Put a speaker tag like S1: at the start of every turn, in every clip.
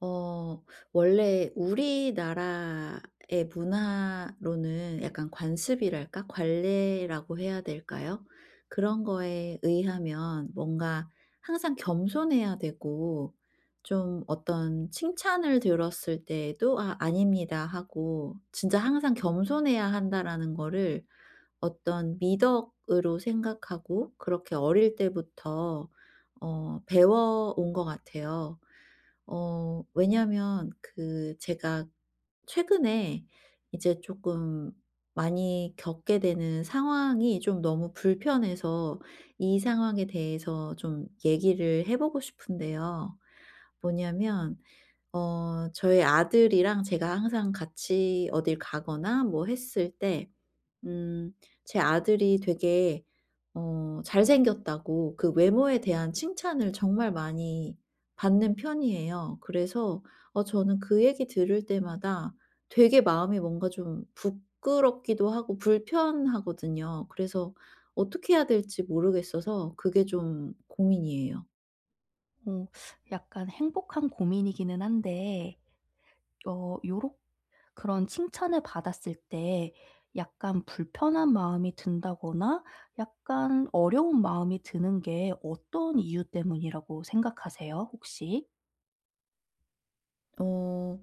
S1: 어 원래 우리나라의 문화로는 약간 관습이랄까? 관례라고 해야 될까요? 그런 거에 의하면 뭔가 항상 겸손해야 되고, 좀 어떤 칭찬을 들었을 때에도 '아 아닙니다.' 하고 진짜 항상 겸손해야 한다라는 거를 어떤 미덕으로 생각하고 그렇게 어릴 때부터 배워온 것 같아요. 왜냐면 그 제가 최근에 이제 조금 많이 겪게 되는 상황이 좀 너무 불편해서, 이 상황에 대해서 좀 얘기를 해 보고 싶은데요. 뭐냐면, 저희 아들이랑 제가 항상 같이 어딜 가거나 뭐 했을 때, 음 제 아들이 되게 잘생겼다고 그 외모에 대한 칭찬을 정말 많이 받는 편이에요. 그래서 저는 그 얘기 들을 때마다 되게 마음이 뭔가 좀 부끄럽기도 하고 불편하거든요. 그래서 어떻게 해야 될지 모르겠어서 그게 좀 고민이에요.
S2: 어 약간 행복한 고민이기는 한데 어 요렇 그런 칭찬을 받았을 때 약간 불편한 마음이 든다거나 약간 어려운 마음이 드는 게 어떤 이유 때문이라고 생각하세요 혹시?
S1: 어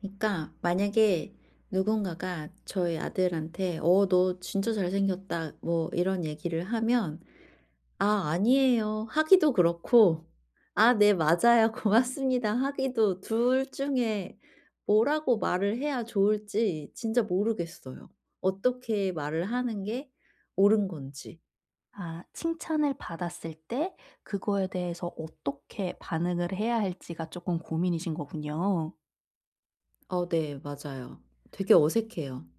S1: 그러니까, 만약에 누군가가 저희 아들한테 "어 너 진짜 잘생겼다." 뭐 이런 얘기를 하면 '아 아니에요.' 하기도 그렇고, "아 네 맞아요. 고맙습니다." 하기도, 둘 중에 뭐라고 말을 해야 좋을지 진짜 모르겠어요. 어떻게 말을 하는 게 옳은 건지.
S2: 아, 칭찬을 받았을 때 그거에 대해서 어떻게 반응을 해야 할지가 조금 고민이신 거군요.
S1: 네, 맞아요. 되게 어색해요.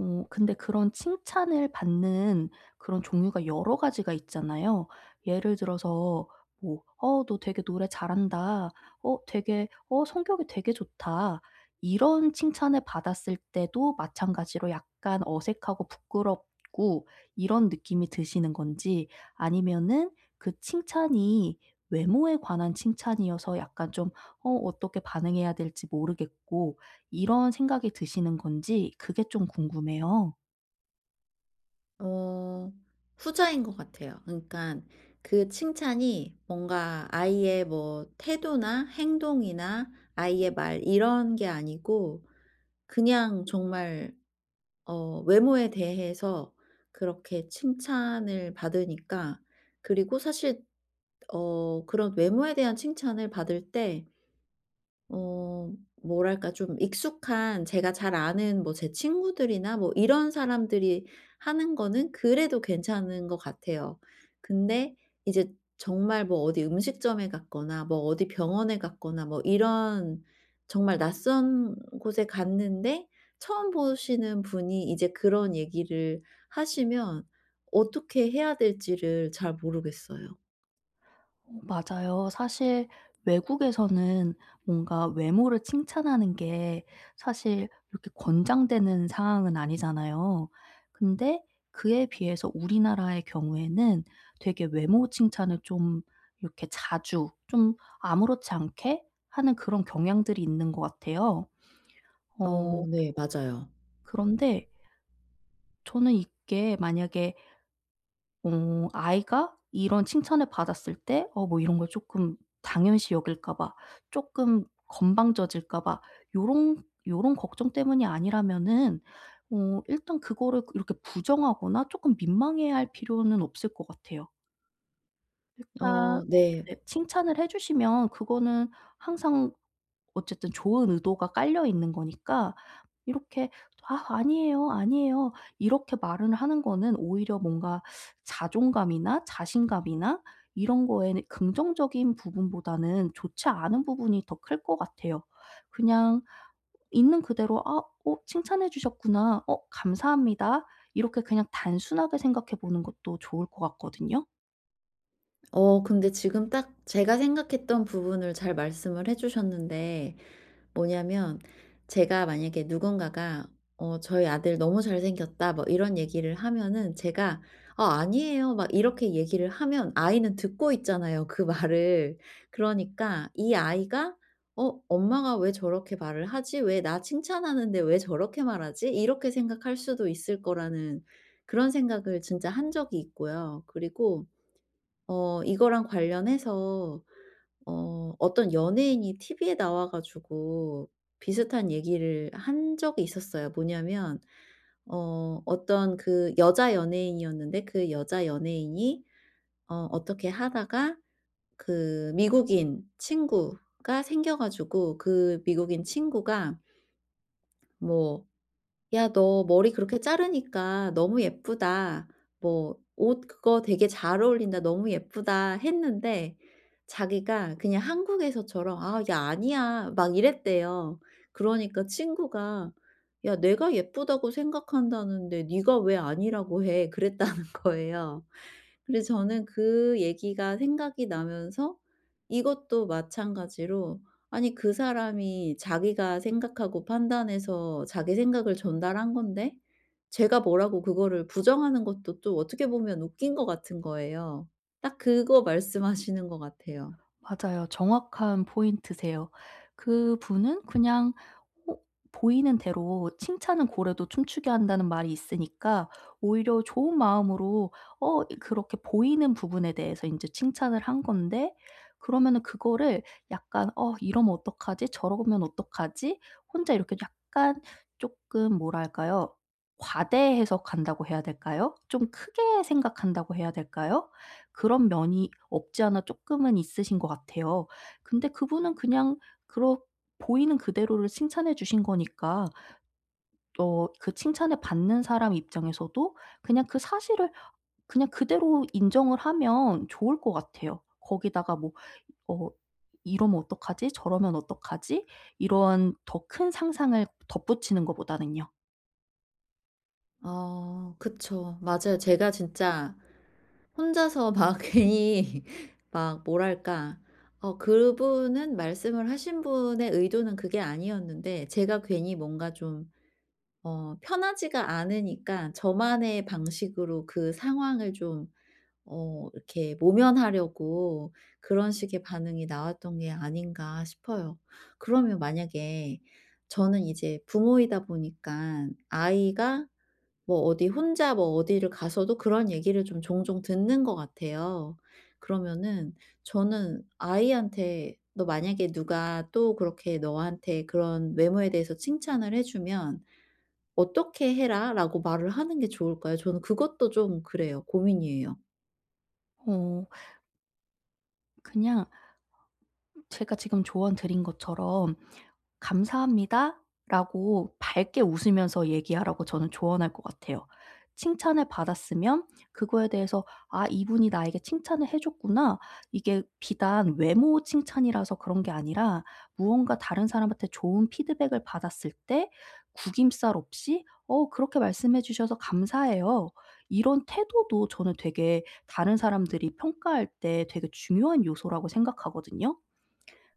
S2: 근데 그런 칭찬을 받는 그런 종류가 여러 가지가 있잖아요. 예를 들어서 뭐 "어 너 되게 노래 잘한다." "어 되게 성격이 되게 좋다." 이런 칭찬을 받았을 때도 마찬가지로 약간 어색하고 부끄럽고 이런 느낌이 드시는 건지, 아니면은 그 칭찬이 외모에 관한 칭찬이어서 약간 좀 어떻게 반응해야 될지 모르겠고 이런 생각이 드시는 건지 그게 좀 궁금해요.
S1: 어 후자인 것 같아요. 그러니까 그 칭찬이 뭔가 아이의 뭐 태도나 행동이나 아이의 말 이런 게 아니고, 그냥 정말 외모에 대해서 그렇게 칭찬을 받으니까. 그리고 사실 그런 외모에 대한 칭찬을 받을 때, 어 뭐랄까, 좀 익숙한 제가 잘 아는 뭐 제 친구들이나 뭐 이런 사람들이 하는 거는 그래도 괜찮은 것 같아요. 근데 이제 정말 뭐 어디 음식점에 갔거나 뭐 어디 병원에 갔거나 뭐 이런 정말 낯선 곳에 갔는데, 처음 보시는 분이 이제 그런 얘기를 하시면 어떻게 해야 될지를 잘 모르겠어요.
S2: 어, 맞아요. 사실 외국에서는 뭔가 외모를 칭찬하는 게 사실 이렇게 권장되는 상황은 아니잖아요. 근데 그에 비해서 우리나라의 경우에는 되게 외모 칭찬을 좀 이렇게 자주 좀 아무렇지 않게 하는 그런 경향들이 있는 것 같아요. 어
S1: 네, 맞아요.
S2: 그런데 저는 이게 만약에 아이가 이런 칭찬을 받았을 때 어 뭐 이런 걸 조금 당연시 여길까 봐, 조금 건방져질까 봐, 요런 요런 걱정 때문이 아니라면은 일단 그거를 이렇게 부정하거나 조금 민망해할 필요는 없을 것 같아요. 일단
S1: 네.
S2: 네, 칭찬을 해 주시면 그거는 항상 어쨌든 좋은 의도가 깔려 있는 거니까 이렇게 "아 아니에요, 아니에요." 이렇게 말을 하는 거는 오히려 뭔가 자존감이나 자신감이나 이런 거에는 긍정적인 부분보다는 좋지 않은 부분이 더 클 것 같아요. 그냥 있는 그대로 '아 어 칭찬해 주셨구나. 어 감사합니다.' 이렇게 그냥 단순하게 생각해 보는 것도 좋을 것 같거든요.
S1: 근데 지금 딱 제가 생각했던 부분을 잘 말씀을 해 주셨는데. 뭐냐면, 제가 만약에 누군가가 "저희 아들 너무 잘생겼다." 뭐 이런 얘기를 하면은, 제가 "아 아니에요." 막 이렇게 얘기를 하면 아이는 듣고 있잖아요, 그 말을. 그러니까 이 아이가 '어 엄마가 왜 저렇게 말을 하지? 왜 나 칭찬하는데 왜 저렇게 말하지?' 이렇게 생각할 수도 있을 거라는, 그런 생각을 진짜 한 적이 있고요. 그리고 이거랑 관련해서 어떤 연예인이 TV에 나와 가지고 비슷한 얘기를 한 적이 있었어요. 뭐냐면, 어떤 그 여자 연예인이었는데, 그 여자 연예인이 어떻게 하다가 그 미국인 친구가 생겨 가지고, 그 미국인 친구가 뭐 "야, 너 머리 그렇게 자르니까 너무 예쁘다." 뭐 "옷 그거 되게 잘 어울린다. 너무 예쁘다." 했는데, 자기가 그냥 한국에서처럼 "아 야 아니야." 막 이랬대요. 그러니까 친구가 "야, 내가 예쁘다고 생각한다는데 네가 왜 아니라고 해?" 그랬다는 거예요. 그래서 저는 그 얘기가 생각이 나면서, 이것도 마찬가지로, 아니 그 사람이 자기가 생각하고 판단해서 자기 생각을 전달한 건데 제가 뭐라고 그거를 부정하는 것도 또 어떻게 보면 웃긴 것 같은 거예요. 딱 그거 말씀하시는 것 같아요.
S2: 맞아요. 정확한 포인트세요. 그분은 그냥 어 보이는 대로, 칭찬은 고래도 춤추게 한다는 말이 있으니까 오히려 좋은 마음으로 그렇게 보이는 부분에 대해서 인제 칭찬을 한 건데, 그러면은 그거를 약간 '어 이러면 어떡하지? 저러면 어떡하지?' 혼자 이렇게 약간 쪼끔 뭐랄까요? 과대해석한다고 해야 될까요? 좀 크게 생각한다고 해야 될까요? 그런 면이 없지 않아 조금은 있으신 것 같아요. 근데 그분은 그냥 그렇 보이는 그대로를 칭찬해 주신 거니까 어 그 칭찬을 받는 사람 입장에서도 그냥 그 사실을 그냥 그대로 인정을 하면 좋을 것 같아요. 거기다가 뭐 어 '이러면 어떡하지? 저러면 어떡하지?' 이런 더 큰 상상을 덧붙이는 것보다는요.
S1: 그쵸, 맞아요. 제가 진짜 혼자서 막 괜히 막 뭐랄까. 그분은, 말씀을 하신 분의 의도는 그게 아니었는데, 제가 괜히 뭔가 좀 편하지가 않으니까 저만의 방식으로 그 상황을 좀 이렇게 모면하려고 그런 식의 반응이 나왔던 게 아닌가 싶어요. 그러면 만약에, 저는 이제 부모이다 보니까 아이가 뭐 어디 혼자 뭐 어디를 가서도 그런 얘기를 좀 종종 듣는 것 같아요. 그러면은 저는 아이한테, 너 만약에 누가 또 그렇게 너한테 그런 외모에 대해서 칭찬을 해 주면 "어떻게 해라."라고 말을 하는 게 좋을까요? 저는 그것도 좀 그래요. 고민이에요.
S2: 어 그냥 제가 지금 조언 드린 것처럼 "감사합니다."라고 밝게 웃으면서 얘기하라고 저는 조언할 것 같아요. 칭찬을 받았으면 그거에 대해서 '아 이분이 나에게 칭찬을 해 줬구나.' 이게 비단 외모 칭찬이라서 그런 게 아니라 무언가 다른 사람한테 좋은 피드백을 받았을 때 구김살 없이 "어 그렇게 말씀해 주셔서 감사해요." 이런 태도도 저는 되게 다른 사람들이 평가할 때 되게 중요한 요소라고 생각하거든요.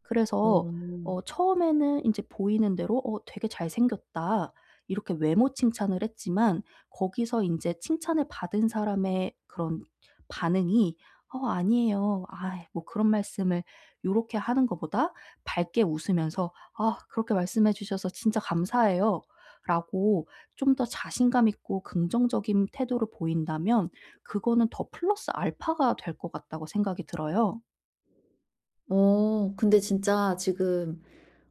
S2: 그래서
S1: 어.
S2: 처음에는 이제 보이는 대로 "어 되게 잘생겼다." 이렇게 외모 칭찬을 했지만 거기서 이제 칭찬을 받은 사람의 그런 반응이 "어 아니에요. 아 뭐 그런 말씀을." 요렇게 하는 것보다 밝게 웃으면서 "아 그렇게 말씀해 주셔서 진짜 감사해요." 라고 좀 더 자신감 있고 긍정적인 태도를 보인다면 그거는 더 플러스 알파가 될 것 같다고 생각이 들어요.
S1: 근데 진짜 지금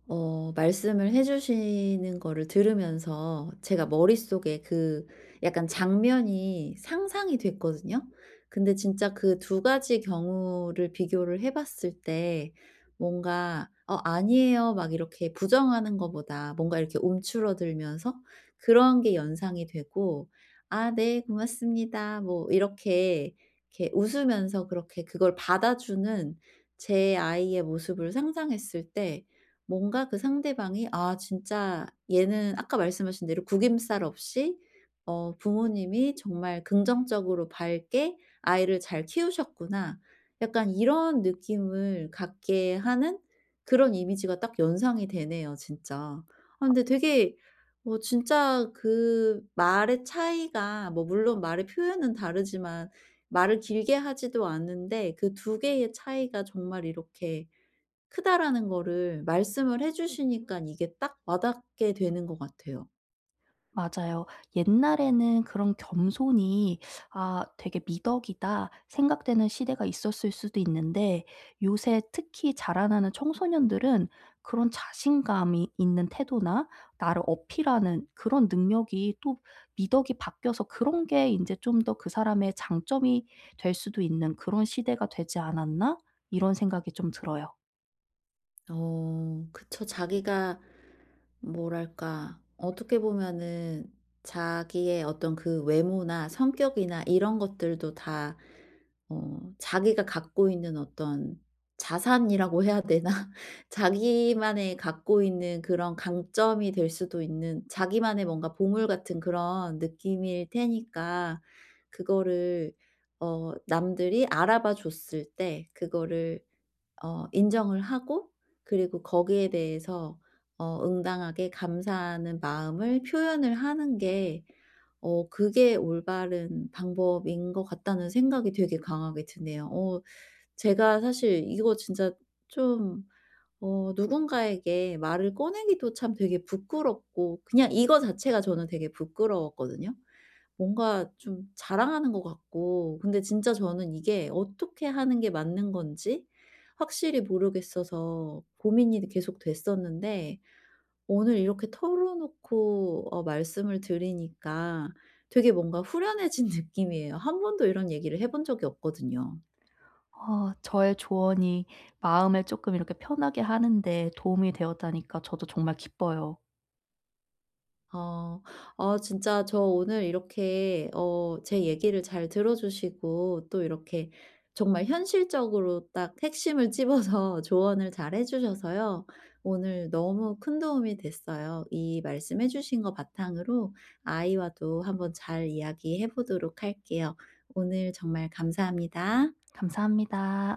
S1: 말씀을 해 주시는 거를 들으면서 제가 머릿속에 그 약간 장면이 상상이 됐거든요. 근데 진짜 그 두 가지 경우를 비교를 해 봤을 때, 뭔가 "어 아니에요." 막 이렇게 부정하는 것보다, 뭔가 이렇게 움츠러들면서 그런 게 연상이 되고, '아 네 고맙습니다.' 뭐 이렇게, 이렇게 웃으면서 그렇게 그걸 받아주는 제 아이의 모습을 상상했을 때, 뭔가 그 상대방이 '아 진짜 얘는 아까 말씀하신 대로 구김살 없이 어 부모님이 정말 긍정적으로 밝게 아이를 잘 키우셨구나.' 약간 이런 느낌을 갖게 하는, 그런 이미지가 딱 연상이 되네요 진짜. 아 근데 되게, 뭐 진짜 그 말의 차이가, 뭐 물론 말의 표현은 다르지만 말을 길게 하지도 않는데, 그 두 개의 차이가 정말 이렇게 크다라는 거를 말씀을 해주시니까 이게 딱 와닿게 되는 것 같아요.
S2: 맞아요. 옛날에는 그런 겸손이 '아 되게 미덕이다.' 생각되는 시대가 있었을 수도 있는데 요새 특히 자라나는 청소년들은 그런 자신감이 있는 태도나 나를 어필하는 그런 능력이 또 미덕이 바뀌어서 그런 게 이제 좀 더 '그 사람의 장점이 될 수도 있는 그런 시대가 되지 않았나?' 이런 생각이 좀 들어요.
S1: 그쵸. 자기가 뭐랄까, 어떻게 보면은 자기의 어떤 그 외모나 성격이나 이런 것들도 다, 자기가 갖고 있는 어떤 자산이라고 해야 되나? 자기만의 갖고 있는 그런 강점이 될 수도 있는, 자기만의 뭔가 보물 같은 그런 느낌일 테니까, 그거를, 남들이 알아봐 줬을 때, 그거를 인정을 하고, 그리고 거기에 대해서 응당하게 감사하는 마음을 표현을 하는 게, 그게 올바른 방법인 것 같다는 생각이 되게 강하게 드네요. 제가 사실 이거 진짜 좀 누군가에게 말을 꺼내기도 참 되게 부끄럽고, 그냥 이거 자체가 저는 되게 부끄러웠거든요. 뭔가 좀 자랑하는 것 같고. 근데 진짜 저는 이게 어떻게 하는 게 맞는 건지 확실히 모르겠어서 고민이 계속 됐었는데, 오늘 이렇게 털어놓고 말씀을 드리니까 되게 뭔가 후련해진 느낌이에요. 한 번도 이런 얘기를 해본 적이 없거든요.
S2: 아 저의 조언이 마음을 조금 이렇게 편하게 하는 데 도움이 되었다니까 저도 정말 기뻐요.
S1: 어. 진짜 저 오늘 이렇게 제 얘기를 잘 들어 주시고 또 이렇게 정말 현실적으로 딱 핵심을 찝어서 조언을 잘 해 주셔서요. 오늘 너무 큰 도움이 됐어요. 이 말씀해 주신 거 바탕으로 아이와도 한번 잘 이야기해 보도록 할게요. 오늘 정말 감사합니다.
S2: 감사합니다.